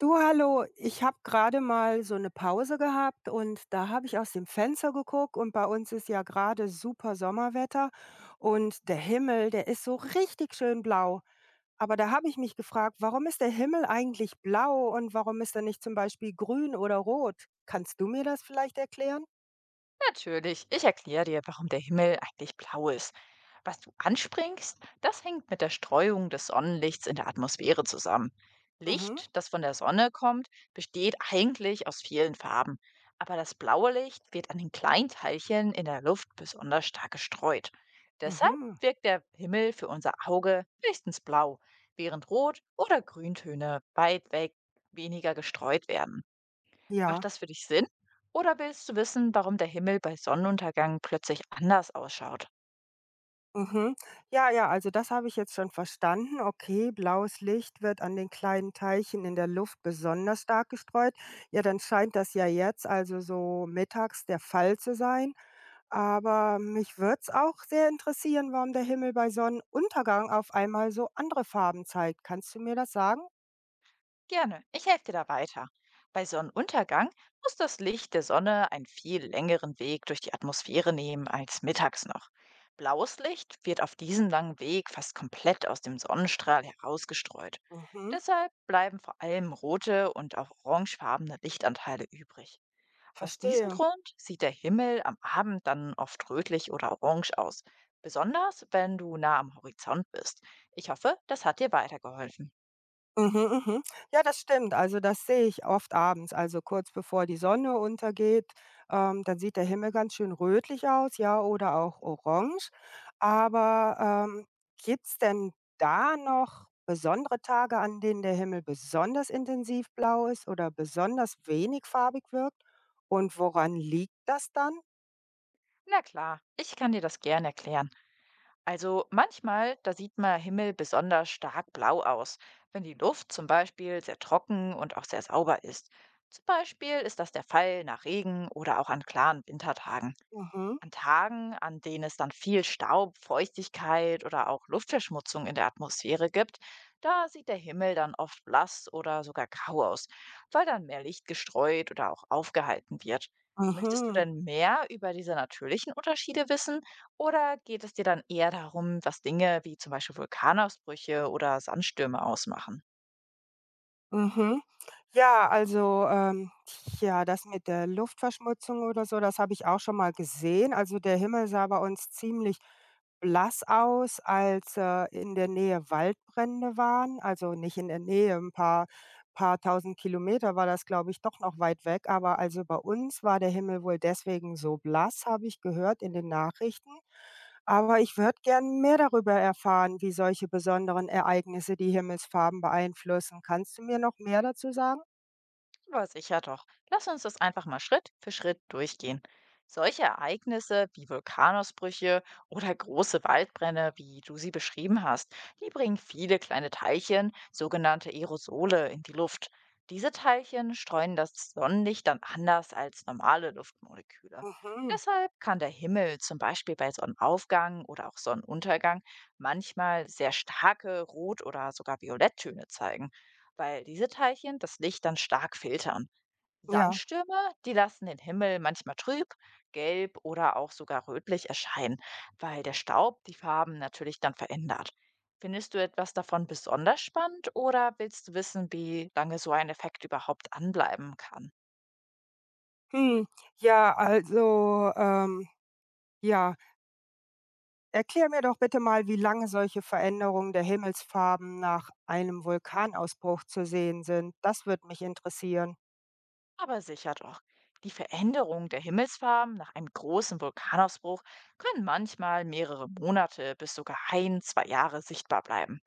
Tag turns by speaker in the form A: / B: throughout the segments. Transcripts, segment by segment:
A: Du, hallo, ich habe gerade mal so eine Pause gehabt und da habe ich aus dem Fenster geguckt und bei uns ist ja gerade super Sommerwetter und der Himmel, der ist so richtig schön blau. Aber da habe ich mich gefragt, warum ist der Himmel eigentlich blau und warum ist er nicht zum Beispiel grün oder rot? Kannst du mir das vielleicht erklären?
B: Natürlich, ich erkläre dir, warum der Himmel eigentlich blau ist. Was du anspringst, das hängt mit der Streuung des Sonnenlichts in der Atmosphäre zusammen.
A: Mhm,
B: Licht, das von der Sonne kommt, besteht eigentlich aus vielen Farben, aber das blaue Licht wird an den kleinen Teilchen in der Luft besonders stark gestreut. Deshalb
A: mhm,
B: wirkt der Himmel für unser Auge höchstens blau, während Rot- oder Grüntöne weit weg weniger gestreut werden.
A: ja.
B: Macht das für dich Sinn? Oder willst du wissen, warum der Himmel bei Sonnenuntergang plötzlich anders ausschaut?
A: Mhm. Ja, ja, also das habe ich jetzt schon verstanden. Okay, blaues Licht wird an den kleinen Teilchen in der Luft besonders stark gestreut. Ja, dann scheint das ja jetzt also so mittags der Fall zu sein. Aber mich würde es auch sehr interessieren, warum der Himmel bei Sonnenuntergang auf einmal so andere Farben zeigt. Kannst du mir das sagen?
B: Gerne, ich helfe dir da weiter. Bei Sonnenuntergang muss das Licht der Sonne einen viel längeren Weg durch die Atmosphäre nehmen als mittags noch. Blaues Licht wird auf diesem langen Weg fast komplett aus dem Sonnenstrahl herausgestreut.
A: Mhm.
B: Deshalb bleiben vor allem rote und auch orangefarbene Lichtanteile übrig. Aus diesem
A: Verstehe.
B: Grund sieht der Himmel am Abend dann oft rötlich oder orange aus, besonders wenn du nah am Horizont bist. Ich hoffe, das hat dir weitergeholfen.
A: Mhm, mhm. Ja, das stimmt. Also das sehe ich oft abends, also kurz bevor die Sonne untergeht, dann sieht der Himmel ganz schön rötlich aus, ja, oder auch orange. Aber ähm, gibt's denn da noch besondere Tage, an denen der Himmel besonders intensiv blau ist oder besonders wenig farbig wirkt? Und woran liegt das dann?
B: Na klar, ich kann dir das gern erklären. Also manchmal, da sieht man Himmel besonders stark blau aus, wenn die Luft zum Beispiel sehr trocken und auch sehr sauber ist. Zum Beispiel ist das der Fall nach Regen oder auch an klaren Wintertagen.
A: Mhm,
B: An Tagen, an denen es dann viel Staub, Feuchtigkeit oder auch Luftverschmutzung in der Atmosphäre gibt, da sieht der Himmel dann oft blass oder sogar grau aus, weil dann mehr Licht gestreut oder auch aufgehalten wird. Möchtest du
A: mhm.
B: denn mehr über diese natürlichen Unterschiede wissen oder geht es dir dann eher darum, was Dinge wie zum Beispiel Vulkanausbrüche oder Sandstürme ausmachen?
A: Mhm. Ja, also, ja, das mit der Luftverschmutzung oder so, das habe ich auch schon mal gesehen. Also, der Himmel sah bei uns ziemlich blass aus, als, in der Nähe Waldbrände waren. Also, nicht in der Nähe, ein paar Paar Tausend Kilometer war das, glaube ich, doch noch weit weg, aber also bei uns war der Himmel wohl deswegen so blass, habe ich gehört in den Nachrichten. Aber ich würde gern mehr darüber erfahren, wie solche besonderen Ereignisse die Himmelsfarben beeinflussen. Kannst du mir noch mehr dazu sagen?
B: Aber sicher doch. Lass uns das einfach mal Schritt für Schritt durchgehen. Solche Ereignisse wie Vulkanausbrüche oder große Waldbrände, wie du sie beschrieben hast, die bringen viele kleine Teilchen, sogenannte Aerosole, in die Luft. Diese Teilchen streuen das Sonnenlicht dann anders als normale Luftmoleküle.
A: Mhm.
B: Deshalb kann der Himmel zum Beispiel bei Sonnenaufgang oder auch Sonnenuntergang manchmal sehr starke Rot- oder sogar Violetttöne zeigen, weil diese Teilchen das Licht dann stark filtern.
A: Ja.
B: Sandstürme, die lassen den Himmel manchmal trüb, gelb oder auch sogar rötlich erscheinen, weil der Staub die Farben natürlich dann verändert. Findest du etwas davon besonders spannend oder willst du wissen, wie lange so ein Effekt überhaupt anbleiben kann?
A: Hm. Ja, also, ja, erklär mir doch bitte mal, wie lange solche Veränderungen der Himmelsfarben nach einem Vulkanausbruch zu sehen sind. Das würde mich interessieren.
B: Aber sicher doch. Die Veränderung der Himmelsfarben nach einem großen Vulkanausbruch können manchmal mehrere Monate bis sogar ein, zwei Jahre sichtbar bleiben.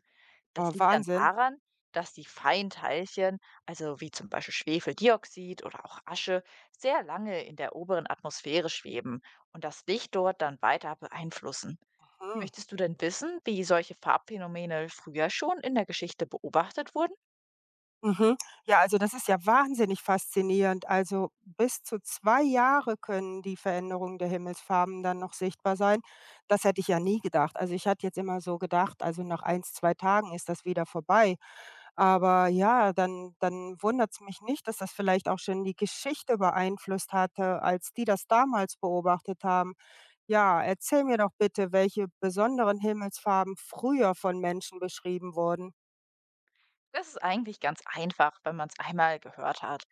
A: Oh,
B: Das liegt dann
A: Wahnsinn.
B: daran, dass die feinen Teilchen, also wie zum Beispiel Schwefeldioxid oder auch Asche, sehr lange in der oberen Atmosphäre schweben und das Licht dort dann weiter beeinflussen.
A: Mhm.
B: Möchtest du denn wissen, wie solche Farbphänomene früher schon in der Geschichte beobachtet wurden?
A: Mhm. Ja, also das ist ja wahnsinnig faszinierend. Also bis zu 2 Jahre können die Veränderungen der Himmelsfarben dann noch sichtbar sein. Das hätte ich ja nie gedacht. Also ich hatte jetzt immer so gedacht, also nach eins 2 Tagen ist das wieder vorbei. Aber ja, dann wundert es mich nicht, dass das vielleicht auch schon die Geschichte beeinflusst hatte, als die das damals beobachtet haben. Ja, erzähl mir doch bitte, welche besonderen Himmelsfarben früher von Menschen beschrieben wurden.
B: Das ist eigentlich ganz einfach, wenn man es einmal gehört hat.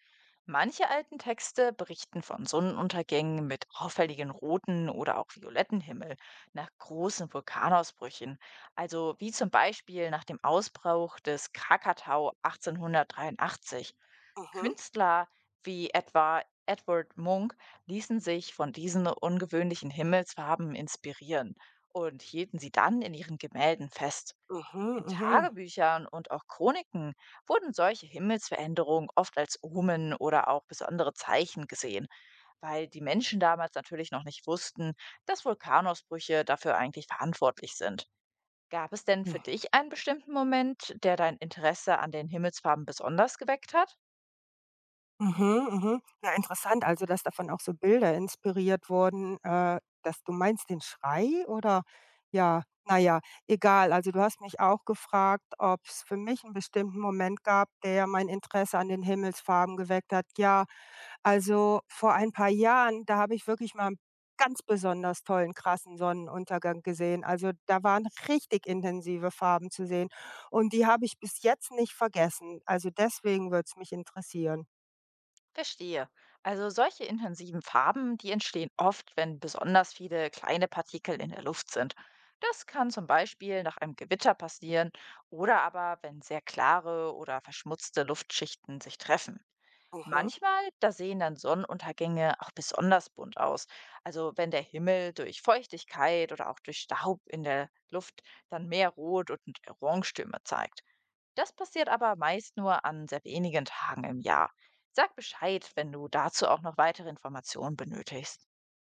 B: Manche alten Texte berichten von Sonnenuntergängen mit auffälligen roten oder auch violetten Himmel nach großen Vulkanausbrüchen. Also wie zum Beispiel nach dem Ausbruch des Krakatau 1883.
A: Mhm,
B: Künstler wie etwa Edward Munch ließen sich von diesen ungewöhnlichen Himmelsfarben inspirieren und hielten sie dann in ihren Gemälden fest.
A: mhm,
B: In
A: mhm.
B: Tagebüchern und auch Chroniken wurden solche Himmelsveränderungen oft als Omen oder auch besondere Zeichen gesehen, weil die Menschen damals natürlich noch nicht wussten, dass Vulkanausbrüche dafür eigentlich verantwortlich sind. Gab es denn für dich einen bestimmten Moment, der dein Interesse an den Himmelsfarben besonders geweckt hat?
A: Mhm, mhm. Ja, interessant, also, dass davon auch so Bilder inspiriert wurden, dass du meinst den Schrei oder ja, na ja, egal. Also, du hast mich auch gefragt, ob es für mich einen bestimmten Moment gab, der mein Interesse an den Himmelsfarben geweckt hat. Ja, also, vor ein paar Jahren, da habe ich wirklich mal einen ganz besonders tollen, krassen Sonnenuntergang gesehen. Also, da waren richtig intensive Farben zu sehen und die habe ich bis jetzt nicht vergessen. Also, deswegen würde es mich interessieren.
B: Verstehe. Also solche intensiven Farben, die entstehen oft, wenn besonders viele kleine Partikel in der Luft sind. Das kann zum Beispiel nach einem Gewitter passieren oder aber, wenn sehr klare oder verschmutzte Luftschichten sich treffen.
A: Mhm,
B: Manchmal, da sehen dann Sonnenuntergänge auch besonders bunt aus. Also wenn der Himmel durch Feuchtigkeit oder auch durch Staub in der Luft dann mehr Rot- und Orangetöne zeigt. Das passiert aber meist nur an sehr wenigen Tagen im Jahr. Sag Bescheid, wenn du dazu auch noch weitere Informationen benötigst.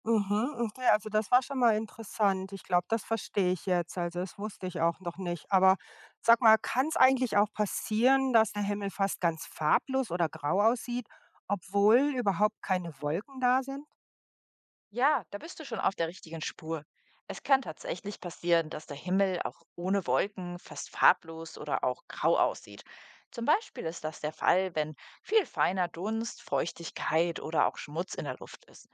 A: mhm, okay, also das war schon mal interessant. Ich glaube, das verstehe ich jetzt. Also, das wusste ich auch noch nicht. Aber sag mal, kann es eigentlich auch passieren, dass der Himmel fast ganz farblos oder grau aussieht, obwohl überhaupt keine Wolken da sind?
B: Ja, da bist du schon auf der richtigen Spur. Es kann tatsächlich passieren, dass der Himmel auch ohne Wolken fast farblos oder auch grau aussieht. Zum Beispiel ist das der Fall, wenn viel feiner Dunst, Feuchtigkeit oder auch Schmutz in der Luft ist.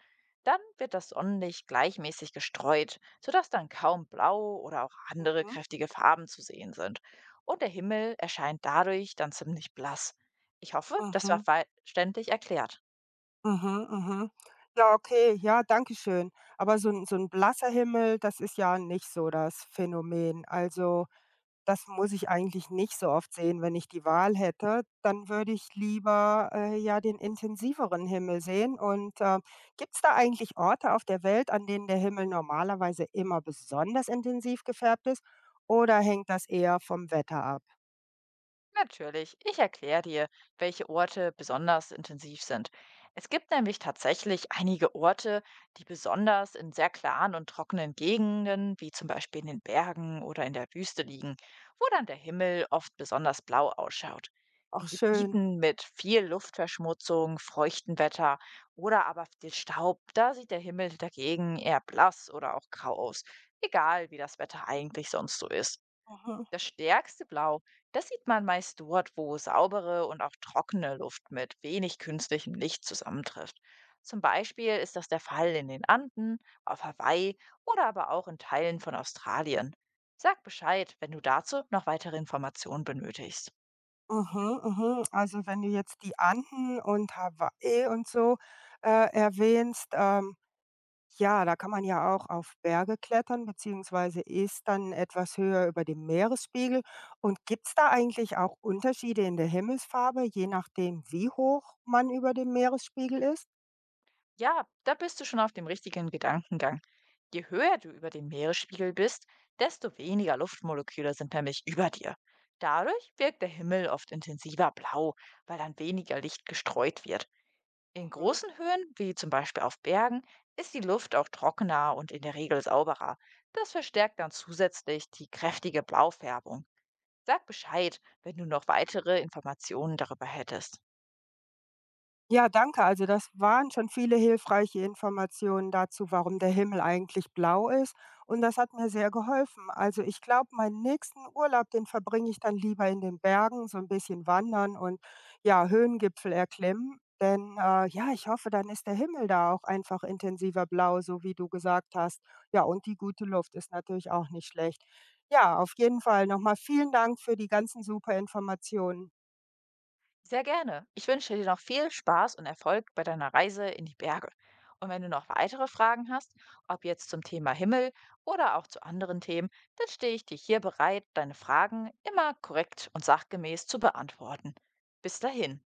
B: Dann wird das Sonnenlicht gleichmäßig gestreut, sodass dann kaum blau oder auch andere
A: Mhm,
B: kräftige Farben zu sehen sind. Und der Himmel erscheint dadurch dann ziemlich blass. Ich hoffe, das war
A: mhm.
B: verständlich erklärt.
A: Mhm, mhm. Ja, okay, ja, danke schön. Aber so ein blasser Himmel, das ist ja nicht so das Phänomen. Also, das muss ich eigentlich nicht so oft sehen. Wenn ich die Wahl hätte, dann würde ich lieber, ja, den intensiveren Himmel sehen. Und, gibt es da eigentlich Orte auf der Welt, an denen der Himmel normalerweise immer besonders intensiv gefärbt ist, oder hängt das eher vom Wetter ab?
B: Natürlich, ich erkläre dir, welche Orte besonders intensiv sind. Es gibt nämlich tatsächlich einige Orte, die besonders in sehr klaren und trockenen Gegenden, wie zum Beispiel in den Bergen oder in der Wüste liegen, wo dann der Himmel oft besonders blau ausschaut.
A: Ach
B: In
A: schön.
B: Gebieten mit viel Luftverschmutzung, feuchtem Wetter oder aber viel Staub, da sieht der Himmel dagegen eher blass oder auch grau aus, egal wie das Wetter eigentlich sonst so ist.
A: Mhm.
B: Das stärkste Blau, das sieht man meist dort, wo saubere und auch trockene Luft mit wenig künstlichem Licht zusammentrifft. Zum Beispiel ist das der Fall in den Anden, auf Hawaii oder aber auch in Teilen von Australien. Sag Bescheid, wenn du dazu noch weitere Informationen benötigst.
A: Mhm, mhm. Also, wenn du jetzt die Anden und Hawaii und so, erwähnst, ja, da kann man ja auch auf Berge klettern, beziehungsweise ist dann etwas höher über dem Meeresspiegel. Und gibt's da eigentlich auch Unterschiede in der Himmelsfarbe, je nachdem, wie hoch man über dem Meeresspiegel ist?
B: Ja, da bist du schon auf dem richtigen Gedankengang. Je höher du über dem Meeresspiegel bist, desto weniger Luftmoleküle sind nämlich über dir. Dadurch wirkt der Himmel oft intensiver blau, weil dann weniger Licht gestreut wird. In
A: Mhm.
B: großen Höhen, wie zum Beispiel auf Bergen, ist die Luft auch trockener und in der Regel sauberer. Das verstärkt dann zusätzlich die kräftige Blaufärbung. Sag Bescheid, wenn du noch weitere Informationen darüber hättest.
A: Ja, danke. Also das waren schon viele hilfreiche Informationen dazu, warum der Himmel eigentlich blau ist. Und das hat mir sehr geholfen. Also ich glaube, meinen nächsten Urlaub, den verbringe ich dann lieber in den Bergen, so ein bisschen wandern und ja, Höhengipfel erklimmen. Denn ja, ich hoffe, dann ist der Himmel da auch einfach intensiver blau, so wie du gesagt hast. Ja, und die gute Luft ist natürlich auch nicht schlecht. Ja, auf jeden Fall nochmal vielen Dank für die ganzen super Informationen.
B: Sehr gerne. Ich wünsche dir noch viel Spaß und Erfolg bei deiner Reise in die Berge. Und wenn du noch weitere Fragen hast, ob jetzt zum Thema Himmel oder auch zu anderen Themen, dann stehe ich dir hier bereit, deine Fragen immer korrekt und sachgemäß zu beantworten. Bis dahin.